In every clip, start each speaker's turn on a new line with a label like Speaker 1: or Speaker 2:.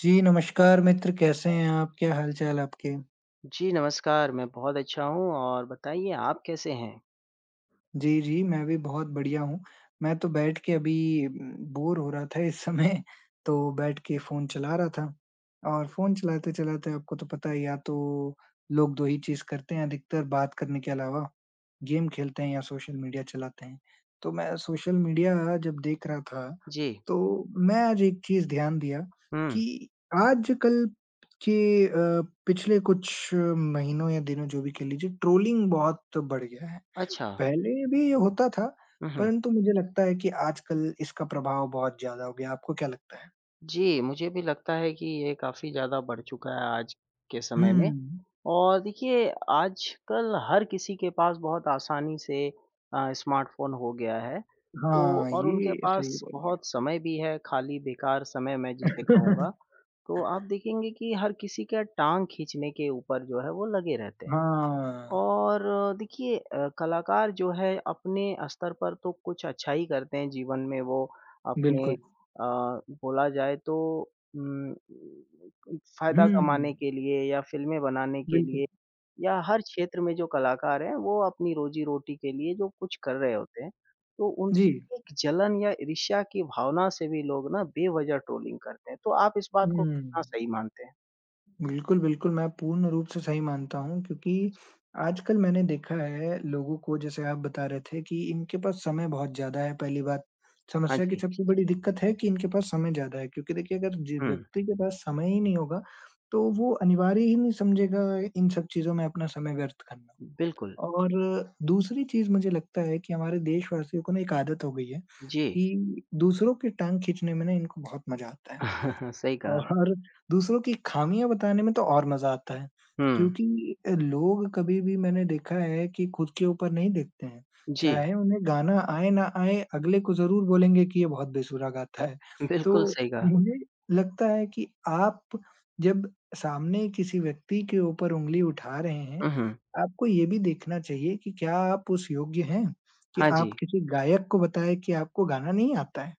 Speaker 1: जी, नमस्कार मित्र, कैसे हैं आप? क्या हाल-चाल आपके?
Speaker 2: जी, नमस्कार। मैं बहुत अच्छा हूँ और बताइए आप कैसे हैं?
Speaker 1: जी, जी, मैं भी बहुत बढ़िया हूँ। मैं तो बैठ के अभी बोर हो रहा था इस समय, तो बैठ के फ़ोन चला रहा था और फ़ोन चलाते-चलाते आपको तो पता है या तो लोग 2 ही चीज़ करते हैं अधिकतर बात करने के अलावा। गेम खेलते हैं या सोशल मीडिया चलाते हैं। तो मैं सोशल मीडिया जब देख रहा था,
Speaker 2: जी।
Speaker 1: तो मैं आज एक चीज़ ध्यान दिया
Speaker 2: हुँ,
Speaker 1: कि आजकल के पिछले कुछ महीनों या दिनों जो भी कह लीजिए, ट्रोलिंग बहुत बढ़ गया है।
Speaker 2: अच्छा।
Speaker 1: पहले भी ये होता था,
Speaker 2: हुँ, हुँ।
Speaker 1: परंतु मुझे लगता है कि आजकल इसका प्रभाव बहुत ज़्यादा हो गया। आपको क्या लगता है?
Speaker 2: जी, मुझे भी लगता है कि ये काफ़ी ज़्यादा बढ़ चुका है आज के समय में।
Speaker 1: हुँ।
Speaker 2: और देखिए आजकल हर किसी के पास बहुत आसानी से स्मार्टफ़ोन हो गया है। तो
Speaker 1: हाँ,
Speaker 2: और उनके
Speaker 1: ये सही
Speaker 2: पास
Speaker 1: बोलिए।
Speaker 2: बहुत समय भी है, खाली बेकार समय मैं जिसे कहूँगा। तो आप देखेंगे कि हर किसी का टाँग खींचने के ऊपर जो है वो लगे रहते हैं।
Speaker 1: हाँ,
Speaker 2: और देखिए कलाकार जो है अपने स्तर पर तो कुछ अच्छा ही करते हैं जीवन में वो अपने
Speaker 1: बिल्कुल।
Speaker 2: बोला जाए तो उम, फ़ायदा
Speaker 1: हुँ,
Speaker 2: कमाने के लिए या फ़िल्में बनाने के
Speaker 1: बिल्कुल।
Speaker 2: लिए या हर क्षेत्र में जो कलाकार हैं वो अपनी रोज़ी-रोटी के लिए जो कुछ कर रहे होते हैं, तो
Speaker 1: जी।
Speaker 2: उनसे एक जलन या ईर्ष्या की भावना से भी लोग ना बेवज़ह ट्रोलिंग करते हैं। तो आप इस बात को
Speaker 1: हुँ।
Speaker 2: कितना सही मानते हैं?
Speaker 1: बिल्कुल, बिल्कुल, मैं पूर्ण रूप से सही मानता हूँ क्योंकि
Speaker 2: अच्छा।
Speaker 1: आजकल मैंने देखा है लोगों को जैसे आप बता रहे थे कि इनके पास समय बहुत ज़्यादा है पहली बात।
Speaker 2: हाँ
Speaker 1: समस्या की
Speaker 2: जी।
Speaker 1: सबसे बड़ी दिक्कत है कि इनके पास समय ज़्यादा है क्योंकि देखिए अगर जिस
Speaker 2: हुँ,
Speaker 1: व्यक्ति के पास समय ही नहीं होगा, तो वो अनिवार्य ही नहीं समझेगा इन सब चीज़ों में अपना समय व्यर्थ करना।
Speaker 2: बिल्कुल।
Speaker 1: और दूसरी चीज़ मुझे लगता है कि हमारे देशवासियों को ना एक आदत हो गई है
Speaker 2: जी।
Speaker 1: कि दूसरों के टाँग खींचने में ना इनको बहुत मज़ा आता है।
Speaker 2: सही कहा।
Speaker 1: और दूसरों की खामियाँ बताने में तो और मज़ा आता है,
Speaker 2: हुँ,
Speaker 1: क्योंकि लोग कभी भी मैंने देखा है कि खुद के ऊपर नहीं देखते हैं।
Speaker 2: जी,
Speaker 1: चाहे उन्हें गाना आए ना आए, अगले को ज़रूर बोलेंगे कि ये बहुत बेसुरा गाता है।
Speaker 2: बिल्कुल
Speaker 1: तो
Speaker 2: सही कहा।
Speaker 1: मुझे लगता है कि आप जब सामने किसी व्यक्ति के ऊपर उँगली उठा रहे हैं,
Speaker 2: उहुँ,
Speaker 1: आपको ये भी देखना चाहिए कि क्या आप उस योग्य हैं, कि
Speaker 2: हाँ
Speaker 1: आप
Speaker 2: जी,
Speaker 1: किसी गायक को बताएँ कि आपको गाना नहीं आता है।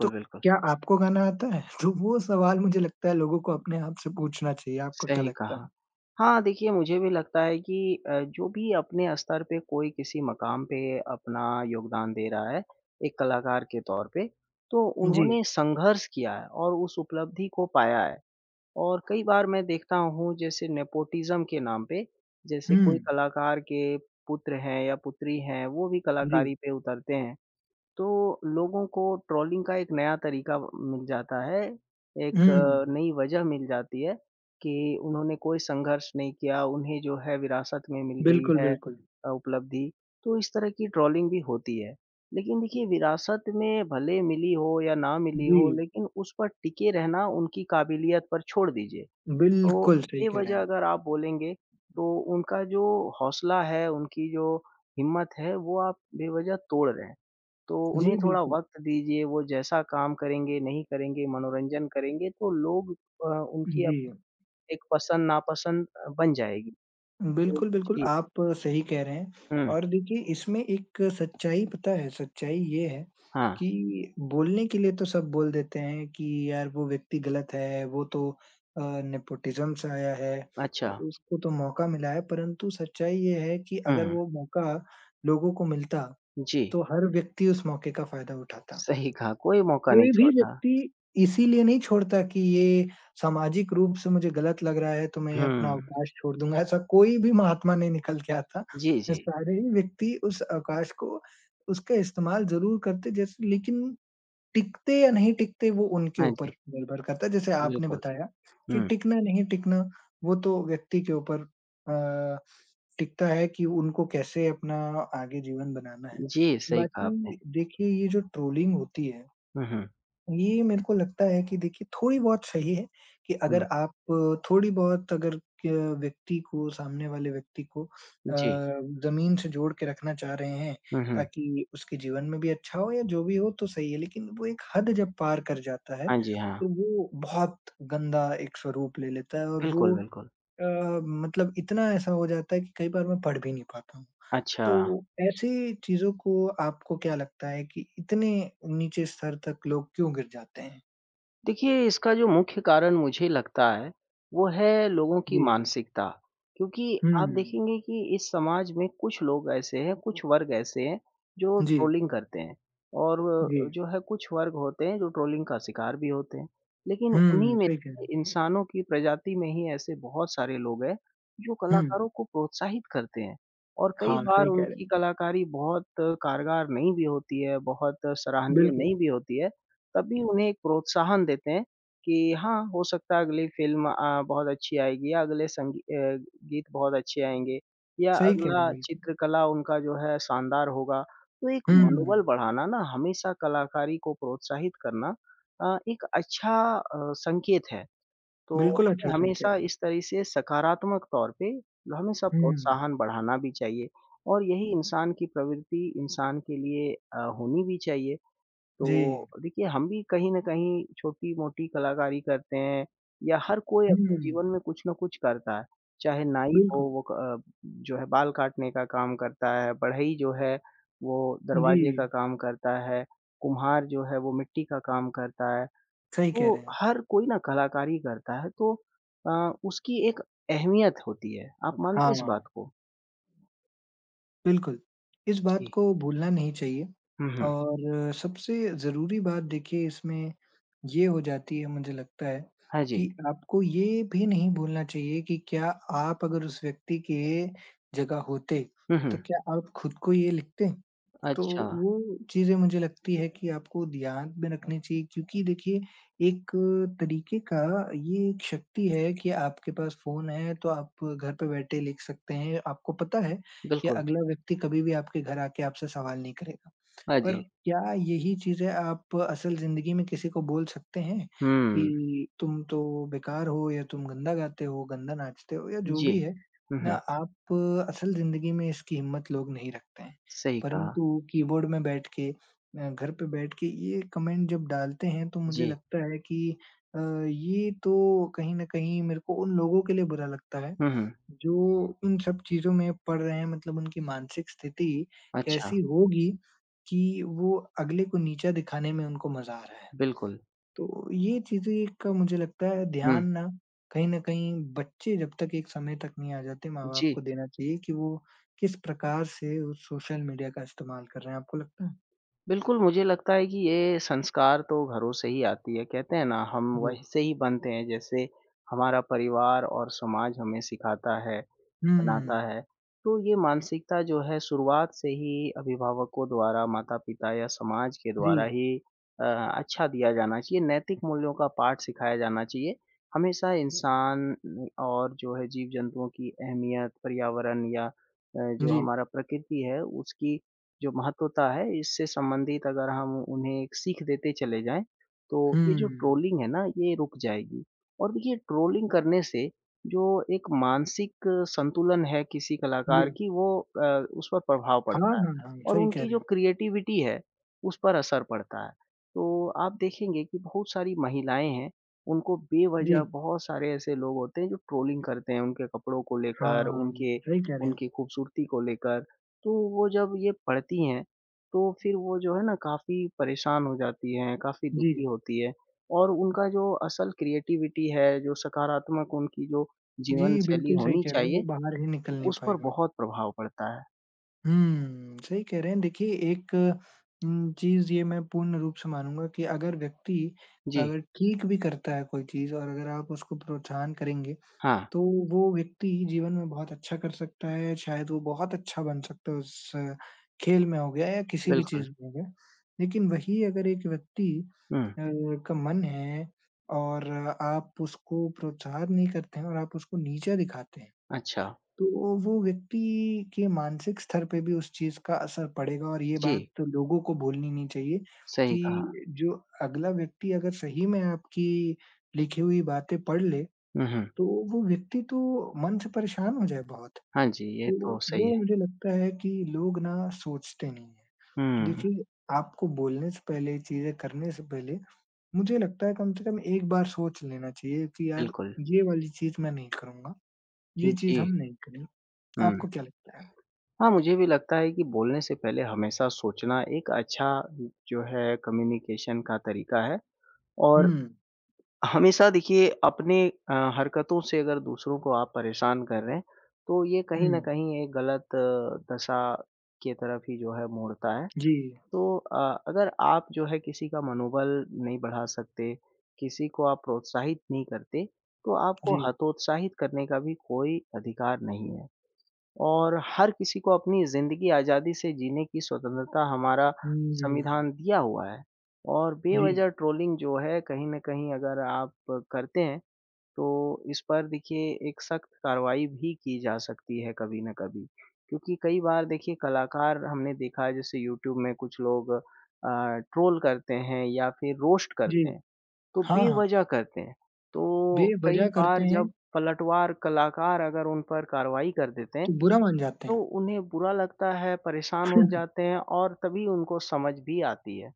Speaker 1: तो
Speaker 2: बिल्कुल,
Speaker 1: क्या आपको गाना आता है? तो वो सवाल मुझे लगता है लोगों को अपने आप से पूछना चाहिए, आपको क्या
Speaker 2: सही
Speaker 1: लगता
Speaker 2: कहा।
Speaker 1: है?
Speaker 2: हाँ, देखिए मुझे भी लगता है कि जो भी अपने स्तर पे कोई किसी मकाम पे अपना योगदान दे रहा है, एक कलाकार के तौर पे, तो
Speaker 1: जी।
Speaker 2: उन्होंने संघर्ष किया है और उस उपलब्धि को पाया है। और कई बार मैं देखता हूँ जैसे नेपोटिज़्म के नाम पे, जैसे
Speaker 1: हुँ,
Speaker 2: कोई कलाकार के पुत्र हैं या पुत्री हैं, वो भी
Speaker 1: जी।
Speaker 2: कलाकारी पे उतरते हैं। तो लोगों को ट्रोलिंग का एक नया तरीका मिल जाता है, एक
Speaker 1: हुँ,
Speaker 2: नई वजह मिल जाती है कि उन्होंने कोई संघर्ष नहीं किया, उन्हें जो है विरासत में मिल गई
Speaker 1: बिल्कुल,
Speaker 2: है
Speaker 1: बिल्कुल।
Speaker 2: उपलब्धि, तो इस तरह की ट्रोलिंग भी होती है। लेकिन देखिए विरासत में भले मिली हो या ना मिली हो,
Speaker 1: जी,
Speaker 2: लेकिन उस पर टिके रहना उनकी काबिलियत पर छोड़ दीजिए। तो
Speaker 1: बिल्कुल सही कह रहे हैं
Speaker 2: बेवजह
Speaker 1: आप।
Speaker 2: अगर आप बोलेंगे, तो उनका जो हौसला है, उनकी जो हिम्मत है, वो आप बेवजह तोड़ रहे हैं। तो उन्हें
Speaker 1: जी,
Speaker 2: थोड़ा
Speaker 1: बिल्कुल।
Speaker 2: वक़्त दीजिए, वो जैसा काम करेंगे, नहीं करेंगे, मनोरंजन करेंगे तो लोग उनकी
Speaker 1: जी।
Speaker 2: अप एक पसंद-नापसंद बन जाएगी। तो
Speaker 1: बिल्कुल, बिल्कुल,
Speaker 2: जी,
Speaker 1: आप सही कह रहे हैं
Speaker 2: हुँ,
Speaker 1: और देखिए इसमें एक सच्चाई पता है, सच्चाई ये है
Speaker 2: हाँ,
Speaker 1: कि बोलने के लिए तो सब बोल देते हैं कि यार वो व्यक्ति गलत है, वो तो नेपोटिज़्म से आया है,
Speaker 2: अच्छा,
Speaker 1: उसको तो मौका मिला है, परंतु सच्चाई ये है कि अगर
Speaker 2: हुँ,
Speaker 1: वो मौका लोगों को मिलता,
Speaker 2: जी,
Speaker 1: तो हर व्यक्ति उस मौके का फ़ायदा उठाता।
Speaker 2: सही कहा, कोई मौका नहीं
Speaker 1: कोई भी
Speaker 2: छोड़ता।
Speaker 1: व्यक्ति इसीलिए नहीं छोड़ता कि ये सामाजिक रूप से मुझे गलत लग रहा है, तो मैं अपना
Speaker 2: हुँ,
Speaker 1: अवकाश छोड़ दूँगा, ऐसा कोई भी महात्मा नहीं निकल के आता।
Speaker 2: जी, जी,
Speaker 1: सारे ही व्यक्ति उस अवकाश को उसका इस्तेमाल ज़रूर करते जैसे लेकिन टिकते या नहीं टिकते वो उनके
Speaker 2: हाँ
Speaker 1: ऊपर
Speaker 2: जी,
Speaker 1: निर्भर करता है। जैसे आपने
Speaker 2: बिल्कुल,
Speaker 1: बताया कि
Speaker 2: हुँ,
Speaker 1: टिकना नहीं टिकना वो तो व्यक्ति के ऊपर अ, टिकता है कि उनको कैसे अपना आगे जीवन बनाना है।
Speaker 2: जी, सही कहा आपने।
Speaker 1: बाकी देखिए ये जो ट्रोलिंग होती है
Speaker 2: हुँ, हुँ,
Speaker 1: ये मेरे को लगता है कि देखिए थोड़ी-बहुत सही है कि अगर
Speaker 2: हुँ,
Speaker 1: आप थोड़ी-बहुत अगर क व्यक्ति को सामने वाले व्यक्ति को
Speaker 2: जी,
Speaker 1: ज़मीन से जोड़ के रखना चाह रहे हैं,
Speaker 2: हुँ, हुँ,
Speaker 1: ताकि उसके जीवन में भी अच्छा हो या जो भी हो तो सही है, लेकिन वो एक हद जब पार कर जाता है,
Speaker 2: हाँ जी, हाँ,
Speaker 1: तो वो बहुत गंदा एक स्वरूप ले लेता है और
Speaker 2: बिल्कुल,
Speaker 1: वो
Speaker 2: बिल्कुल,
Speaker 1: अ, मतलब इतना ऐसा हो जाता है कि कई बार मैं पढ़ भी नहीं पाता हूँ।
Speaker 2: अच्छा।
Speaker 1: तो ऐसी चीज़ों को आपको क्या लगता है कि इतने नीचे स्तर तक लोग क्यों गिर जाते हैं?
Speaker 2: देखिए, इसका जो मुख्य कारण मुझे लगता है, वो है लोगों की
Speaker 1: जी।
Speaker 2: मानसिकता। क्योंकि
Speaker 1: हुँ।
Speaker 2: आप देखेंगे कि इस समाज में कुछ लोग ऐसे हैं, कुछ वर्ग ऐसे हैं, जो
Speaker 1: जी,
Speaker 2: ट्रोलिंग करते हैं और
Speaker 1: जी।
Speaker 2: जो है कुछ वर्ग होते हैं, जो ट्रोलिंग का शिकार भी होते हैं। लेकिन उन्हीं
Speaker 1: हुँ,
Speaker 2: में
Speaker 1: सही कह रहे
Speaker 2: से
Speaker 1: हैं।
Speaker 2: इंसानों की प्रजाति में ही ऐसे बहुत सारे लोग हैं, जो
Speaker 1: हुँ।
Speaker 2: कलाकारों को प्रोत्साहित करते हैं और कई
Speaker 1: हाँ,
Speaker 2: बार
Speaker 1: सही कह रहे
Speaker 2: उनकी
Speaker 1: हैं।
Speaker 2: कलाकारी बहुत कारगर नहीं भी होती है, बहुत सराहनीय
Speaker 1: बिल्कुल,
Speaker 2: नहीं भी होती है, तभी उन्हें एक प्रोत्साहन देते हैं कि हाँ, हो सकता है अगली फ़िल्म बहुत अच्छी आएगी या अगले संगी गीत बहुत अच्छे आएँगे या
Speaker 1: सही कह रहे हैं,
Speaker 2: अगला
Speaker 1: बिल्कुल।
Speaker 2: चित्रकला उनका जो है शानदार होगा। तो एक
Speaker 1: हुँ,
Speaker 2: मनोबल बढ़ाना ना हमेशा कलाकारी को प्रोत्साहित करना एक अच्छा संकेत है। तो
Speaker 1: बिल्कुल अच्छा
Speaker 2: हमें
Speaker 1: संकेत
Speaker 2: हमेशा
Speaker 1: है।
Speaker 2: इस तरह से सकारात्मक तौर पे हमेशा
Speaker 1: हुँ,
Speaker 2: प्रोत्साहन बढ़ाना भी चाहिए और यही इंसान की प्रवृत्ति इंसान के लिए होनी भी चाहिए।
Speaker 1: जी।
Speaker 2: तो देखिए, हम भी कहीं न कहीं छोटी-मोटी कलाकारी करते हैं या हर कोई अपने
Speaker 1: हुँ,
Speaker 2: जीवन में कुछ न कुछ करता है। चाहे नाई हो
Speaker 1: बिल्कुल।
Speaker 2: वो जो है बाल काटने का काम करता है, बढ़ई जो है वो दरवाजे का
Speaker 1: जी,
Speaker 2: काम करता है, कुम्हार जो है वो मिट्टी का काम करता है।
Speaker 1: सही कह रहे
Speaker 2: तो
Speaker 1: हैं आप।
Speaker 2: हर कोई ना कलाकारी करता है तो उसकी एक अहमियत होती है। आप मानते हैं इस
Speaker 1: हाँ।
Speaker 2: बात को?
Speaker 1: बिल्कुल, इस बात
Speaker 2: जी।
Speaker 1: को भूलना नहीं चाहिए
Speaker 2: हुँ, हुँ।
Speaker 1: और सबसे ज़रूरी बात देखिए इसमें ये हो जाती है मुझे लगता है
Speaker 2: हाँ जी।
Speaker 1: कि आपको ये भी नहीं भूलना चाहिए कि क्या आप अगर उस व्यक्ति के जगह होते,
Speaker 2: हुँ, हुँ।
Speaker 1: तो क्या आप खुद को ये लिखते? तो
Speaker 2: अच्छा,
Speaker 1: वो चीज़ें मुझे लगती है कि आपको ध्यान में रखनी चाहिए क्योंकि देखिए, एक तरीके का ये एक शक्ति है कि आपके पास फ़ोन है तो आप घर पे बैठे लिख सकते हैं। आपको पता है कि
Speaker 2: बिल्कुल।
Speaker 1: अगला व्यक्ति कभी भी आपके घर आके आपसे सवाल नहीं करेगा।
Speaker 2: हाँ
Speaker 1: पर
Speaker 2: जी।
Speaker 1: क्या यही चीज़ें आप असल ज़िंदगी में किसी को बोल सकते हैं
Speaker 2: हुँ।
Speaker 1: कि तुम तो बेकार हो या तुम गंदा गाते हो, गंदा नाचते हो या जो
Speaker 2: जी।
Speaker 1: भी है
Speaker 2: हुँ,
Speaker 1: ना,
Speaker 2: हुँ।
Speaker 1: आप असल ज़िंदगी में इसकी हिम्मत लोग नहीं रखते हैं।
Speaker 2: सही कहा।
Speaker 1: परंतु कीबोर्ड में बैठ के घर पे बैठ के ये कमेंट जब डालते हैं तो मुझे
Speaker 2: जी।
Speaker 1: लगता है कि अ, ये तो कहीं न कहीं मेरे को उन लोगों के लिए बुरा लगता है,
Speaker 2: हुँ, हुँ।
Speaker 1: जो इन सब चीज़ों में पड़ रहे हैं मतलब उनकी मानसिक स्थिति
Speaker 2: अच्छा,
Speaker 1: कैसी होगी कि वो अगले को नीचा दिखाने में उनको मज़ा आ रहा है।
Speaker 2: बिल्कुल।
Speaker 1: तो ये चीज़ें का मुझे लगता है
Speaker 2: हुँ।
Speaker 1: ध्यान ना कहीं न कहीं बच्चे जब तक एक समय तक नहीं आ जाते, माँ-बाप
Speaker 2: जी,
Speaker 1: को देना चाहिए कि वो किस प्रकार से उस सोशल मीडिया का इस्तेमाल कर रहे हैं, आपको लगता है?
Speaker 2: बिल्कुल मुझे लगता है कि ये संस्कार तो घरों से ही आती है। कहते हैं ना हम
Speaker 1: जी।
Speaker 2: वहीं से ही बनते हैं जैसे हमारा परिवार और समाज हमें सिखाता है। बनाता है।
Speaker 1: हुँ।
Speaker 2: तो ये मानसिकता जो है शुरुआत से ही अभिभावकों द्वारा, माता-पिता या समाज के द्वारा
Speaker 1: जी,
Speaker 2: ही अ, अच्छा दिया जाना चाहिए, नैतिक मूल्यों का पाठ सिखाया जाना चाहिए। हमेशा इंसान और जो है जीव-जंतुओं की अहमियत, पर्यावरण या जो
Speaker 1: जी।
Speaker 2: हमारा प्रकृति है उसकी जो महत्वता है इससे संबंधित अगर हम उन्हें एक सीख देते चले जाएँ, तो
Speaker 1: हुँ।
Speaker 2: ये जो ट्रोलिंग है ना ये रुक जाएगी। और देखिए ट्रोलिंग करने से जो एक मानसिक संतुलन है किसी
Speaker 1: जी।
Speaker 2: कलाकार की वो अ, उस पर प्रभाव
Speaker 1: हाँ,
Speaker 2: पड़ता है
Speaker 1: हाँ, हाँ,
Speaker 2: और
Speaker 1: सही कह
Speaker 2: उनकी
Speaker 1: रहे
Speaker 2: जो
Speaker 1: हैं।
Speaker 2: क्रिएटिविटी है उस पर असर पड़ता है। तो आप देखेंगे कि बहुत सारी महिलाएँ हैं, उनको
Speaker 1: जी।
Speaker 2: बेवज़ह बहुत सारे ऐसे लोग होते हैं जो ट्रोलिंग करते हैं उनके कपड़ों को लेकर,
Speaker 1: हाँ,
Speaker 2: उनके
Speaker 1: सही कह रहे हैं।
Speaker 2: उनकी खूबसूरती को लेकर। तो वो जब ये पढ़ती हैं, तो फिर वो जो है ना काफ़ी परेशान हो जाती हैं, काफ़ी
Speaker 1: जी।
Speaker 2: दुखी होती है और उनका जो असल क्रिएटिविटी है, जो सकारात्मक उनकी जो
Speaker 1: जी,
Speaker 2: जीवन शैली
Speaker 1: बिल्कुल सही
Speaker 2: होनी
Speaker 1: कह रहे हैं, वो
Speaker 2: चाहिए,
Speaker 1: बाहर ही निकल नहीं
Speaker 2: उस पर
Speaker 1: पाएगा।
Speaker 2: बहुत प्रभाव पड़ता है।
Speaker 1: हुँ, सही कह रहे हैं। देखिए एक चीज़ ये मैं पूर्ण रूप से मानूँगा कि अगर व्यक्ति
Speaker 2: जी,
Speaker 1: अगर ठीक भी करता है कोई चीज़ और अगर आप उसको प्रोत्साहन करेंगे,
Speaker 2: हाँ,
Speaker 1: तो वो व्यक्ति जीवन में बहुत अच्छा कर सकता है, शायद वो बहुत अच्छा बन सकता है उस खेल में हो गया या किसी भी
Speaker 2: बिल्कुल।
Speaker 1: चीज़ में हो गया। लेकिन वही अगर एक व्यक्ति
Speaker 2: हुँ,
Speaker 1: अ, का मन है और आप उसको प्रोत्साहन नहीं करते हैं और आप उसको नीचा दिखाते हैं
Speaker 2: अच्छा।
Speaker 1: तो वो व्यक्ति के मानसिक स्तर पे भी उस चीज़ का असर पड़ेगा और ये बात
Speaker 2: जी,
Speaker 1: तो लोगों को भूलनी नहीं चाहिए
Speaker 2: सही कहा।
Speaker 1: कि जो अगला व्यक्ति अगर सही में आपकी लिखी हुई बातें पढ़ ले,
Speaker 2: हुँ, हुँ।
Speaker 1: तो वो व्यक्ति तो मन से परेशान हो जाए बहुत।
Speaker 2: हाँ जी, ये
Speaker 1: तो
Speaker 2: तो सही
Speaker 1: वो
Speaker 2: है।
Speaker 1: मुझे लगता है कि लोग ना सोचते नहीं हैं।
Speaker 2: हुँ,
Speaker 1: देखिए, आपको बोलने से पहले, चीज़ें करने से पहले मुझे लगता है कम से कम एक बार सोच लेना चाहिए कि यार
Speaker 2: बिल्कुल।
Speaker 1: ये वाली चीज़ मैं नहीं करूँगा, ये चीज़
Speaker 2: जी,
Speaker 1: हम नहीं करें।
Speaker 2: हुँ।
Speaker 1: आपको क्या लगता है?
Speaker 2: हाँ, मुझे भी लगता है कि बोलने से पहले हमेशा सोचना एक अच्छा जो है कम्युनिकेशन का तरीका है
Speaker 1: हुँ,
Speaker 2: और हमेशा देखिए अपने हरकतों से अगर दूसरों को आप परेशान कर रहे हैं, तो ये
Speaker 1: हुँ।
Speaker 2: कहीं न कहीं एक गलत दशा की तरफ ही जो है मोड़ता है।
Speaker 1: जी,
Speaker 2: तो अगर आप जो है किसी का मनोबल नहीं बढ़ा सकते, किसी को आप प्रोत्साहित नहीं करते, तो आपको
Speaker 1: जी।
Speaker 2: हतोत्साहित करने का भी कोई अधिकार नहीं है। और हर किसी को अपनी ज़िंदगी आज़ादी से जीने की स्वतंत्रता हमारा
Speaker 1: हुँ,
Speaker 2: संविधान दिया हुआ है। और
Speaker 1: जी,
Speaker 2: बेवज़ह ट्रोलिंग जो है कहीं न कहीं अगर आप करते हैं तो इस पर देखिए एक सख्त कार्रवाई भी की जा सकती है कभी न कभी। क्योंकि कई बार देखिए कलाकार हमने देखा है जैसे यूट्यूब में कुछ लोग ट्रोल करते हैं या फिर रोस्ट
Speaker 1: जी।
Speaker 2: करते हैं, तो
Speaker 1: हाँ, हाँ,
Speaker 2: बेवज़ह करते हैं। तो कई
Speaker 1: बेवज़ह करते
Speaker 2: बार
Speaker 1: हैं
Speaker 2: जब पलटवार कलाकार अगर उन पर कार्रवाई कर देते हैं,
Speaker 1: तो बुरा मान जाते
Speaker 2: तो
Speaker 1: हैं।
Speaker 2: उन्हें बुरा लगता है, परेशान हो जाते हैं और तभी उनको समझ भी आती है।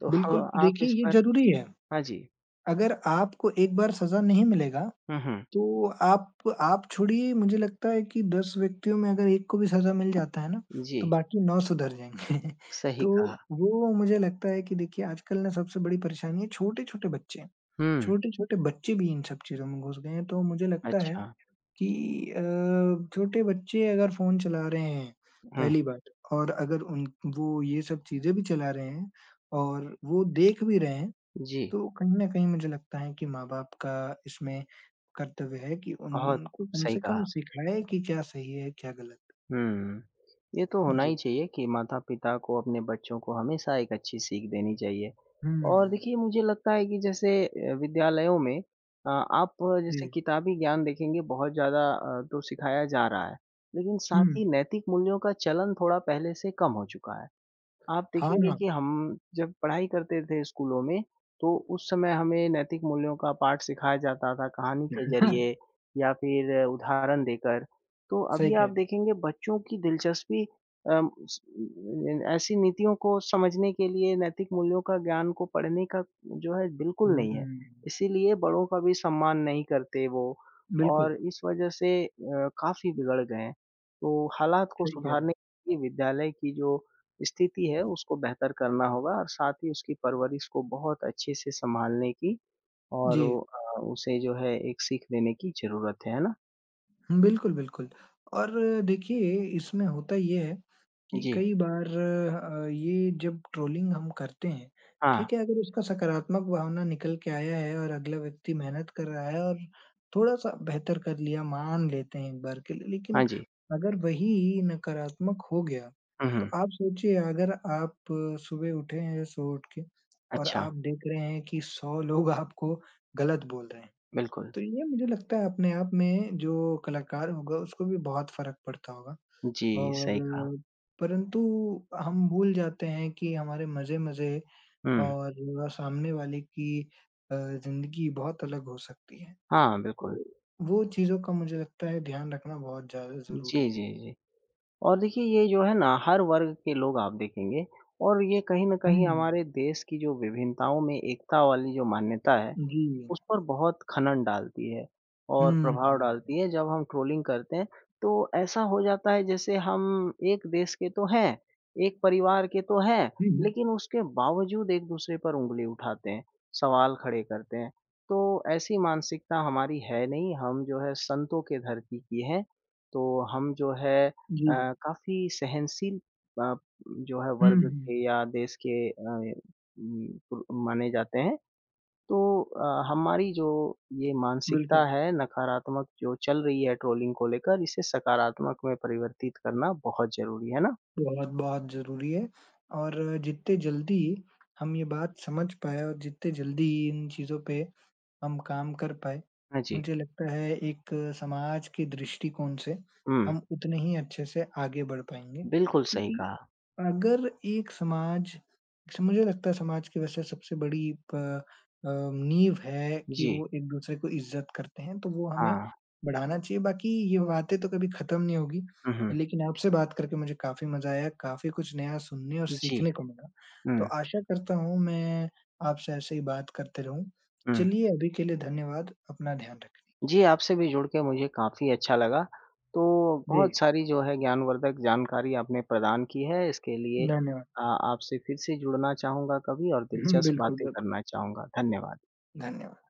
Speaker 2: तो ह
Speaker 1: बिल्कुल,
Speaker 2: आप
Speaker 1: देखिए
Speaker 2: इस
Speaker 1: ये
Speaker 2: पर
Speaker 1: ज़रूरी है।
Speaker 2: हाँ जी।
Speaker 1: अगर आपको एक बार सज़ा नहीं मिलेगा
Speaker 2: हुँ, हुँ।
Speaker 1: तो आप छोड़िए मुझे लगता है कि 10 व्यक्तियों में अगर एक को भी सज़ा मिल जाता है ना,
Speaker 2: जी,
Speaker 1: तो बाकी 9 सुधर जाएँगे।
Speaker 2: सही
Speaker 1: तो
Speaker 2: कहा।
Speaker 1: वो मुझे लगता है कि देखिए आजकल ना सबसे बड़ी परेशानी है छोटे-छोटे बच्चे।
Speaker 2: हुँ,
Speaker 1: छोटे-छोटे बच्चे भी इन सब चीज़ों में घुस गए हैं, तो मुझे लगता है
Speaker 2: अच्छा।
Speaker 1: कि अ, छोटे बच्चे अगर फ़ोन चला रहे हैं,
Speaker 2: हुँ।
Speaker 1: पहली बात और अगर उन वो ये सब चीज़ें भी चला रहे हैं और वो देख भी रहे हैं,
Speaker 2: जी,
Speaker 1: तो कहीं न कहीं मुझे लगता है कि माँ-बाप का इसमें कर्तव्य है कि
Speaker 2: बहुत
Speaker 1: उनको कम
Speaker 2: सही
Speaker 1: से
Speaker 2: कहा।
Speaker 1: कम सिखाएँ कि क्या सही है, क्या गलत।
Speaker 2: हुँ, ये तो होना ही
Speaker 1: जी।
Speaker 2: चाहिए कि माता-पिता को अपने बच्चों को हमेशा एक अच्छी सीख देनी चाहिए।
Speaker 1: हुँ,
Speaker 2: और
Speaker 1: हुँ।
Speaker 2: देखिए मुझे लगता है कि जैसे विद्यालयों में आप
Speaker 1: जी।
Speaker 2: जैसे किताबी ज्ञान देखेंगे बहुत ज़्यादा तो सिखाया जा रहा है, लेकिन
Speaker 1: हुँ।
Speaker 2: साथ ही नैतिक मूल्यों का चलन थोड़ा पहले से कम हो चुका है। आप
Speaker 1: हाँ,
Speaker 2: देखेंगे
Speaker 1: हाँ।
Speaker 2: कि हम जब पढ़ाई करते थे स्कूलों में, तो उस समय हमें नैतिक मूल्यों का पाठ सिखाया जाता था कहानी के ज़रिए या फिर उदाहरण देकर। तो
Speaker 1: सही
Speaker 2: अभी
Speaker 1: कह रहे
Speaker 2: आप
Speaker 1: हैं।
Speaker 2: देखेंगे बच्चों की दिलचस्पी अम, स न- ऐसी नीतियों को समझने के लिए नैतिक मूल्यों का ज्ञान को पढ़ने का जो है बिल्कुल नहीं है।
Speaker 1: हुँ।
Speaker 2: इसीलिए बड़ों का भी सम्मान नहीं करते वो
Speaker 1: बिल्कुल,
Speaker 2: और इस वजह से काफ़ी बिगड़ गए हैं। तो हालात को
Speaker 1: सही कह रहे
Speaker 2: सुधारने
Speaker 1: हैं।
Speaker 2: के लिए विद्यालय की जो स्थिति है उसको बेहतर करना होगा और साथ ही उसकी परवरिश को बहुत अच्छे से सँभालने की और
Speaker 1: जी।
Speaker 2: वो, उसे जो है एक सीख देने की ज़रूरत है ना?
Speaker 1: हुँ, बिल्कुल, बिल्कुल और देखिए इसमें होता ये है कि
Speaker 2: जी।
Speaker 1: कई बार ये जब ट्रोलिंग हम करते हैं,
Speaker 2: हाँ,
Speaker 1: ठीक है, अगर उसका सकारात्मक भावना निकल के आया है और अगला व्यक्ति मेहनत कर रहा है और थोड़ा-सा बेहतर कर लिया, मान लेते हैं एक बार के लिए। लेकिन
Speaker 2: हाँ जी।
Speaker 1: अगर वही नकारात्मक हो गया,
Speaker 2: हुँ,
Speaker 1: तो
Speaker 2: हुँ।
Speaker 1: आप सोचिए अगर आप सुबह उठे हैं सो उठ के और
Speaker 2: अच्छा,
Speaker 1: आप देख रहे हैं कि 100 लोग आपको गलत बोल रहे हैं,
Speaker 2: बिल्कुल।
Speaker 1: तो ये मुझे लगता है अपने आप में जो कलाकार होगा उसको भी बहुत फ़र्क पड़ता होगा।
Speaker 2: जी,
Speaker 1: और
Speaker 2: सही कहा।
Speaker 1: परंतु हम भूल जाते हैं कि हमारे मज़े-मज़े
Speaker 2: हुँ।
Speaker 1: और सामने वाले की ज़िंदगी बहुत अलग हो सकती है।
Speaker 2: हाँ, बिल्कुल।
Speaker 1: तो वो चीज़ों का मुझे लगता है ध्यान रखना बहुत ज़्यादा ज़रूरी
Speaker 2: जी,
Speaker 1: है।
Speaker 2: जी, जी। और देखिए ये जो है ना हर वर्ग के लोग आप देखेंगे और ये कहीं न कहीं
Speaker 1: हुँ,
Speaker 2: हमारे देश की जो विभिन्नताओं में एकता वाली जो मान्यता है
Speaker 1: जी।
Speaker 2: उस पर बहुत खनन डालती है और
Speaker 1: हुँ, हुँ,
Speaker 2: प्रभाव डालती
Speaker 1: हुँ।
Speaker 2: है। जब हम ट्रोलिंग करते हैं तो ऐसा हो जाता है जैसे हम एक देश के तो हैं, एक परिवार के तो हैं,
Speaker 1: हुँ, हुँ।
Speaker 2: लेकिन उसके बावजूद एक-दूसरे पर उँगली उठाते हैं, सवाल खड़े करते हैं। तो ऐसी मानसिकता हमारी है नहीं, हम जो है संतों के धरती की हैं, तो हम जो है अ,
Speaker 1: जी।
Speaker 2: काफ़ी सहनशील अ, जो है
Speaker 1: हुँ,
Speaker 2: वर्ग
Speaker 1: हुँ।
Speaker 2: के या देश के माने जाते हैं। तो हमारी जो ये मानसिकता
Speaker 1: बिल्कुल,
Speaker 2: है नकारात्मक जो चल रही है ट्रोलिंग को लेकर, इसे सकारात्मक में परिवर्तित करना बहुत ज़रूरी है ना?
Speaker 1: बहुत-बहुत ज़रूरी है और जितने जल्दी हम ये बात समझ पाएँ और जितने जल्दी इन चीज़ों पे हम काम कर पाएँ,
Speaker 2: हाँ जी।
Speaker 1: मुझे लगता है एक समाज के दृष्टिकोण से
Speaker 2: हुँ,
Speaker 1: हम उतने ही अच्छे से आगे बढ़ पाएँगे
Speaker 2: बिल्कुल सही
Speaker 1: क्योंकि
Speaker 2: कहा।
Speaker 1: अगर एक समाज स मुझे लगता है समाज की वैसे सबसे बड़ी प नींव है कि
Speaker 2: जी,
Speaker 1: वो एक-दूसरे को इज़्ज़त करते हैं, तो वो हमें
Speaker 2: हाँ।
Speaker 1: बढ़ाना चाहिए। बाकी ये बातें तो कभी खत्म नहीं होगी,
Speaker 2: हुँ, हुँ।
Speaker 1: लेकिन आपसे बात करके मुझे काफ़ी मज़ा आया, काफ़ी कुछ नया सुनने और
Speaker 2: जी।
Speaker 1: सीखने को मिला। तो
Speaker 2: हुँ,
Speaker 1: आशा करता हूँ मैं आपसे ऐसे ही बात करते रहूँ।
Speaker 2: हुँ।
Speaker 1: चलिए अभी के लिए धन्यवाद, अपना ध्यान रखिए।
Speaker 2: जी, आपसे भी जुड़ के मुझे काफ़ी अच्छा लगा। तो
Speaker 1: जी,
Speaker 2: बहुत सारी जो है ज्ञानवर्धक जानकारी आपने प्रदान की है, इसके लिए
Speaker 1: धन्यवाद।
Speaker 2: आपसे फिर से जुड़ना चाहूँगा कभी और
Speaker 1: हुँ,
Speaker 2: दिलचस्प
Speaker 1: बिल्कुल,
Speaker 2: बातें
Speaker 1: बिल्कुल।
Speaker 2: करना चाहूँगा। धन्यवाद।
Speaker 1: धन्यवाद।